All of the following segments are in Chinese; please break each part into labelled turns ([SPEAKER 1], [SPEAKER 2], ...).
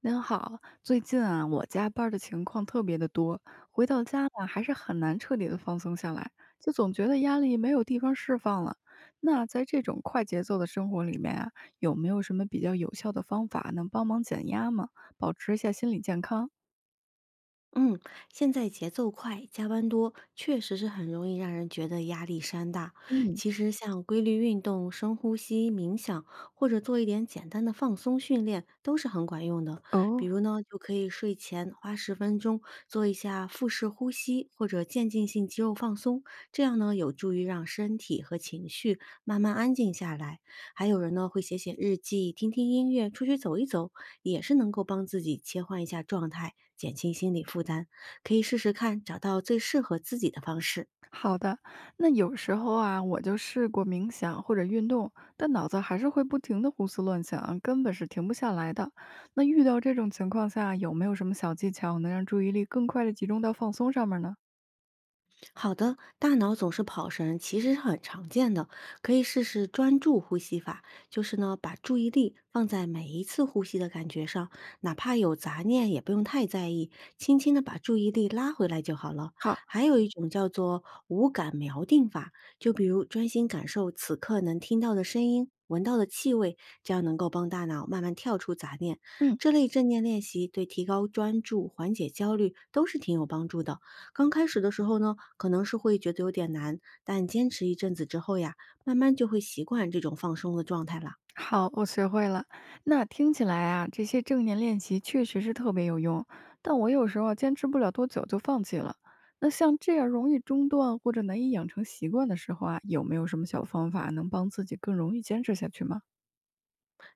[SPEAKER 1] 您好，最近啊，我加班儿的情况特别的多，回到家呢，还是很难彻底的放松下来，就总觉得压力没有地方释放了。那在这种快节奏的生活里面啊，有没有什么比较有效的方法能帮忙减压吗？保持一下心理健康？
[SPEAKER 2] 嗯，现在节奏快，加班多，确实是很容易让人觉得压力山大。
[SPEAKER 1] 嗯，
[SPEAKER 2] 其实像规律运动、深呼吸、冥想，或者做一点简单的放松训练，都是很管用的。比
[SPEAKER 1] 哦、
[SPEAKER 2] 如呢，就可以睡前花10分钟做一下腹式呼吸或者渐进性肌肉放松，这样呢，有助于让身体和情绪慢慢安静下来。还有人呢会写写日记、听听音乐、出去走一走，也是能够帮自己切换一下状态，减轻心理负担。可以试试看，找到最适合自己的方式。
[SPEAKER 1] 好的，那有时候啊，我就试过冥想或者运动，但脑子还是会不停的胡思乱想，根本是停不下来的。那遇到这种情况下，有没有什么小技巧能让注意力更快的集中到放松上面呢？
[SPEAKER 2] 好的，大脑总是跑神，其实是很常见的，可以试试专注呼吸法，就是呢，把注意力放在每一次呼吸的感觉上，哪怕有杂念也不用太在意，轻轻的把注意力拉回来就好了。
[SPEAKER 1] 好，
[SPEAKER 2] 还有一种叫做五感锚定法，就比如专心感受此刻能听到的声音。闻到的气味，这样能够帮大脑慢慢跳出杂念。
[SPEAKER 1] 嗯，
[SPEAKER 2] 这类正念练习对提高专注、缓解焦虑都是挺有帮助的。刚开始的时候呢，可能是会觉得有点难，但坚持一阵子之后呀，慢慢就会习惯这种放松的状态了。
[SPEAKER 1] 好，我学会了。那听起来啊，这些正念练习确实是特别有用，但我有时候啊坚持不了多久就放弃了。那像这样容易中断或者难以养成习惯的时候啊，有没有什么小方法能帮自己更容易坚持下去吗？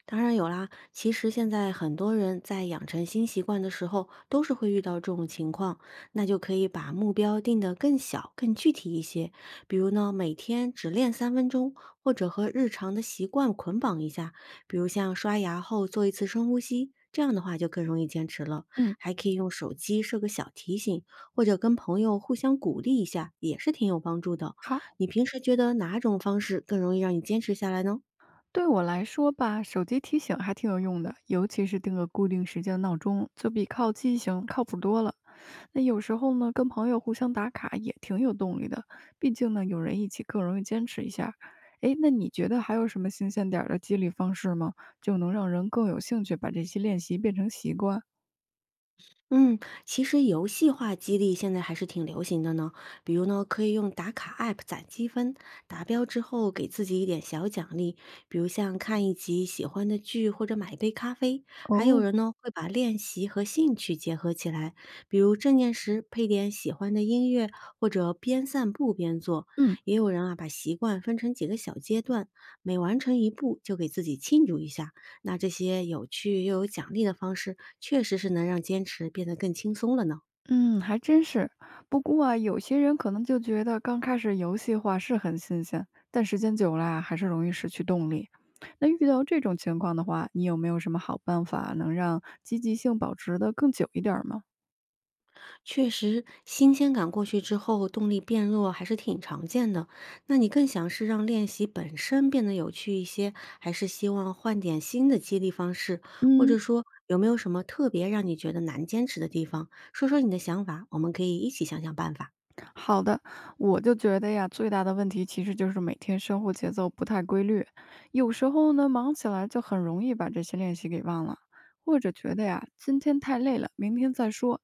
[SPEAKER 2] 当然有啦，其实现在很多人在养成新习惯的时候，都是会遇到这种情况，那就可以把目标定得更小、更具体一些。比如呢，每天只练3分钟，或者和日常的习惯捆绑一下，比如像刷牙后做一次深呼吸，这样的话就更容易坚持了。
[SPEAKER 1] 嗯。
[SPEAKER 2] 还可以用手机设个小提醒，或者跟朋友互相鼓励一下，也是挺有帮助的。
[SPEAKER 1] 好，
[SPEAKER 2] 你平时觉得哪种方式更容易让你坚持下来呢？
[SPEAKER 1] 对我来说吧，手机提醒还挺有用的，尤其是定个固定时间闹钟，就比靠记性靠谱多了。那有时候呢，跟朋友互相打卡也挺有动力的，毕竟呢，有人一起更容易坚持一下。诶，那你觉得还有什么新鲜点儿的激励方式吗？就能让人更有兴趣把这些练习变成习惯？
[SPEAKER 2] 嗯，其实游戏化激励现在还是挺流行的呢。比如呢，可以用打卡 App 攒积分，达标之后给自己一点小奖励，比如像看一集喜欢的剧或者买一杯咖啡。还有
[SPEAKER 1] 哦，
[SPEAKER 2] 人呢，会把练习和兴趣结合起来，比如正念时配点喜欢的音乐，或者边散步边做。
[SPEAKER 1] 嗯。
[SPEAKER 2] 也有人啊，把习惯分成几个小阶段，每完成一步就给自己庆祝一下。那这些有趣又有奖励的方式，确实是能让坚持变得更轻松了呢。
[SPEAKER 1] 嗯，还真是。不过啊，有些人可能就觉得刚开始游戏化是很新鲜，但时间久了啊，还是容易失去动力。那遇到这种情况的话，你有没有什么好办法能让积极性保持的更久一点儿吗？
[SPEAKER 2] 确实，新鲜感过去之后，动力变弱还是挺常见的。那你更想是让练习本身变得有趣一些，还是希望换点新的激励方式？或
[SPEAKER 1] 嗯，
[SPEAKER 2] 者说，有没有什么特别让你觉得难坚持的地方？说说你的想法，我们可以一起想想办法。
[SPEAKER 1] 好的，我就觉得呀，最大的问题其实就是每天生活节奏不太规律，有时候呢忙起来就很容易把这些练习给忘了，或者觉得呀今天太累了，明天再说。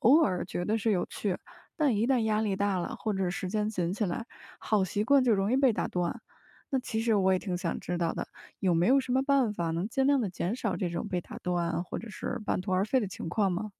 [SPEAKER 1] 偶尔觉得是有趣，但一旦压力大了或者时间紧起来，好习惯就容易被打断。那其实我也挺想知道的，有没有什么办法能尽量的减少这种被打断或者是半途而废的情况吗？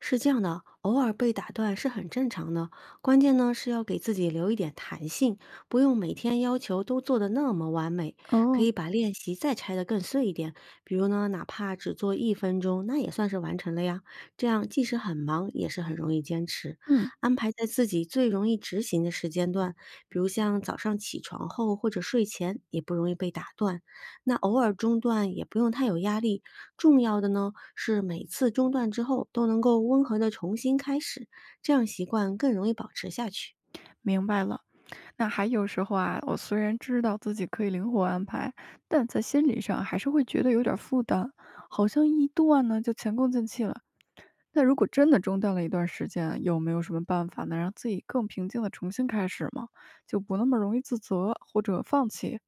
[SPEAKER 2] 是这样的，偶尔被打断是很正常的，关键呢是要给自己留一点弹性，不用每天要求都做得那么完美，可
[SPEAKER 1] 哦，
[SPEAKER 2] 以把练习再拆得更碎一点，比如呢，哪怕只做1分钟，那也算是完成了呀。这样即使很忙，也是很容易坚持。
[SPEAKER 1] 嗯，
[SPEAKER 2] 安排在自己最容易执行的时间段，比如像早上起床后或者睡前，也不容易被打断。那偶尔中断也不用太有压力，重要的呢是每次中断之后都能够温和的重新开始，这样习惯更容易保持下去。
[SPEAKER 1] 明白了。那还有时候啊，我虽然知道自己可以灵活安排，但在心理上还是会觉得有点儿负担，好像一断呢就前功尽弃了。那如果真的中断了一段时间，有没有什么办法能让自己更平静的重新开始吗？就不那么容易自责或者放弃？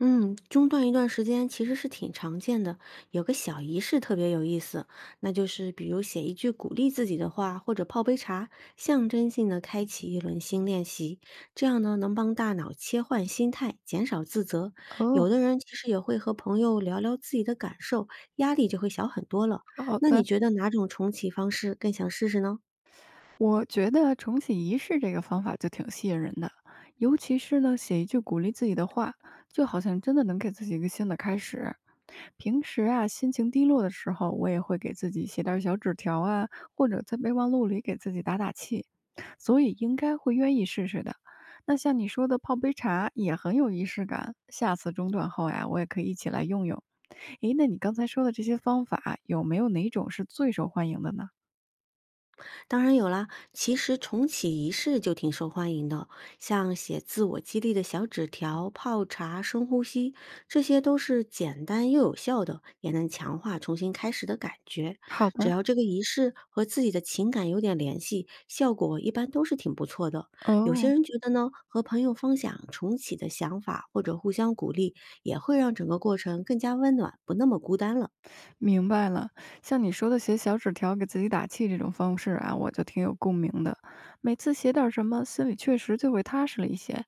[SPEAKER 2] 嗯，中断一段时间其实是挺常见的，有个小仪式特别有意思，那就是比如写一句鼓励自己的话，或者泡杯茶，象征性的开启一轮新练习，这样呢能帮大脑切换心态，减少自责。有
[SPEAKER 1] 哦，
[SPEAKER 2] 的人其实也会和朋友聊聊自己的感受，压力就会小很多了。
[SPEAKER 1] 好
[SPEAKER 2] 那你
[SPEAKER 1] 的，
[SPEAKER 2] 觉得哪种重启方式更想试试呢？
[SPEAKER 1] 我觉得重启仪式这个方法就挺吸引人的，尤其是呢，写一句鼓励自己的话，就好像真的能给自己一个新的开始。平时啊，心情低落的时候，我也会给自己写点儿小纸条啊，或者在备忘录里给自己打打气，所以应该会愿意试试的。那像你说的泡杯茶也很有仪式感，下次中断后呀，我也可以一起来用用。诶，那你刚才说的这些方法，有没有哪种是最受欢迎的呢？
[SPEAKER 2] 当然有啦，其实重启仪式就挺受欢迎的，像写自我激励的小纸条、泡茶、深呼吸，这些都是简单又有效的，也能强化重新开始的感觉。
[SPEAKER 1] 好
[SPEAKER 2] 只
[SPEAKER 1] 的，
[SPEAKER 2] 要这个仪式和自己的情感有点联系，效果一般都是挺不错的。有些
[SPEAKER 1] 哦。
[SPEAKER 2] 人觉得呢，和朋友分享重启的想法或者互相鼓励，也会让整个过程更加温暖，不那么孤单了。
[SPEAKER 1] 明白了，像你说的写小纸条给自己打气这种方式啊，我就挺有共鸣的。每次写点儿什么，心里确实就会踏实了一些。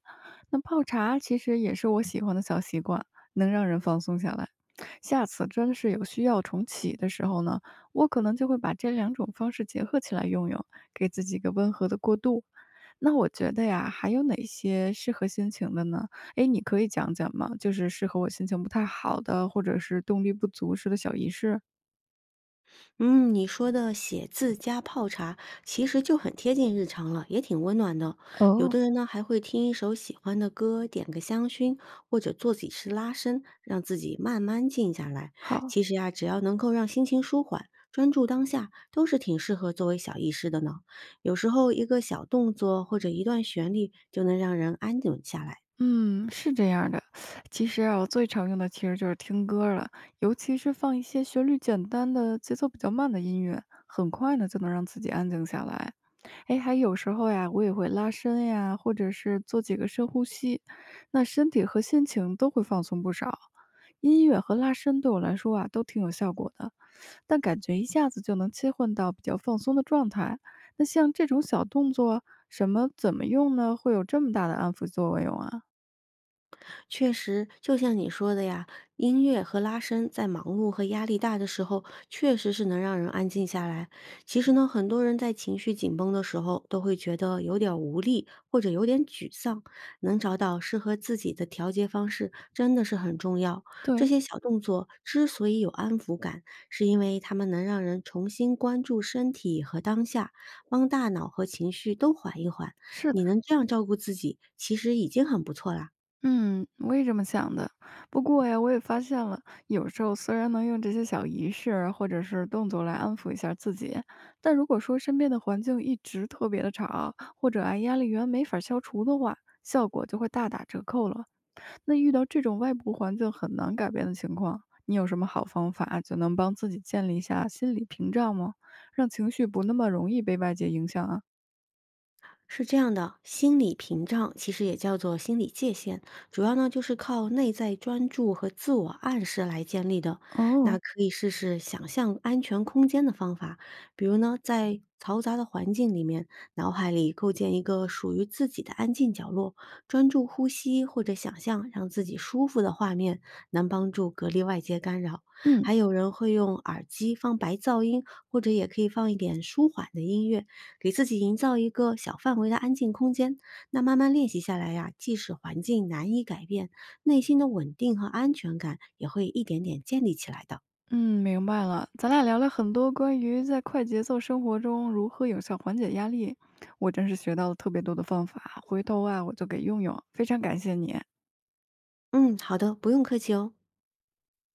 [SPEAKER 1] 那泡茶其实也是我喜欢的小习惯，能让人放松下来。下次真是有需要重启的时候呢，我可能就会把这两种方式结合起来用用，给自己一个温和的过渡。那我觉得呀，还有哪些适合心情的呢？哎，你可以讲讲吗？就是适合我心情不太好的，或者是动力不足时的小仪式。
[SPEAKER 2] 嗯，你说的写字加泡茶，其实就很贴近日常了，也挺温暖的。有
[SPEAKER 1] 哦，
[SPEAKER 2] 的人呢，还会听一首喜欢的歌，点个香薰，或者做几次拉伸，让自己慢慢静下来。
[SPEAKER 1] 好，
[SPEAKER 2] 其实呀，只要能够让心情舒缓，专注当下，都是挺适合作为小仪式的呢。有时候一个小动作或者一段旋律，就能让人安顿下来。
[SPEAKER 1] 嗯，是这样的。其实啊，我最常用的其实就是听歌了，尤其是放一些旋律简单的、节奏比较慢的音乐，很快呢就能让自己安静下来。哎，还有时候呀，我也会拉伸呀，或者是做几个深呼吸，那身体和心情都会放松不少。音乐和拉伸对我来说啊，都挺有效果的。但感觉一下子就能切换到比较放松的状态。那像这种小动作，什么怎么用呢？会有这么大的安抚作用啊？
[SPEAKER 2] 确实，就像你说的呀，音乐和拉伸在忙碌和压力大的时候，确实是能让人安静下来。其实呢，很多人在情绪紧绷的时候，都会觉得有点无力或者有点沮丧。能找到适合自己的调节方式，真的是很重要。这
[SPEAKER 1] 对，
[SPEAKER 2] 些小动作之所以有安抚感，是因为它们能让人重新关注身体和当下，帮大脑和情绪都缓一缓。
[SPEAKER 1] 是的，
[SPEAKER 2] 你能这样照顾自己，其实已经很不错啦。
[SPEAKER 1] 嗯，我也这么想的。不过呀，我也发现了，有时候虽然能用这些小仪式或者是动作来安抚一下自己，但如果说身边的环境一直特别的吵，或者啊压力源没法消除的话，效果就会大打折扣了。那遇到这种外部环境很难改变的情况，你有什么好方法就能帮自己建立一下心理屏障吗？让情绪不那么容易被外界影响啊？
[SPEAKER 2] 是这样的，心理屏障其实也叫做心理界限，主要呢就是靠内在专注和自我暗示来建立的。那
[SPEAKER 1] 哦，
[SPEAKER 2] 可以试试想象安全空间的方法，比如呢，在嘈杂的环境里面，脑海里构建一个属于自己的安静角落，专注呼吸或者想象让自己舒服的画面，能帮助隔离外界干扰。
[SPEAKER 1] 嗯
[SPEAKER 2] 还有人会用耳机放白噪音，或者也可以放一点舒缓的音乐，给自己营造一个小范围的安静空间。那慢慢练习下来呀、即使环境难以改变，内心的稳定和安全感也会一点点建立起来的。
[SPEAKER 1] 嗯，明白了。咱俩聊了很多关于在快节奏生活中如何有效缓解压力，我真是学到了特别多的方法，回头啊我就给用用。非常感谢你。
[SPEAKER 2] 嗯，好的，不用客气哦。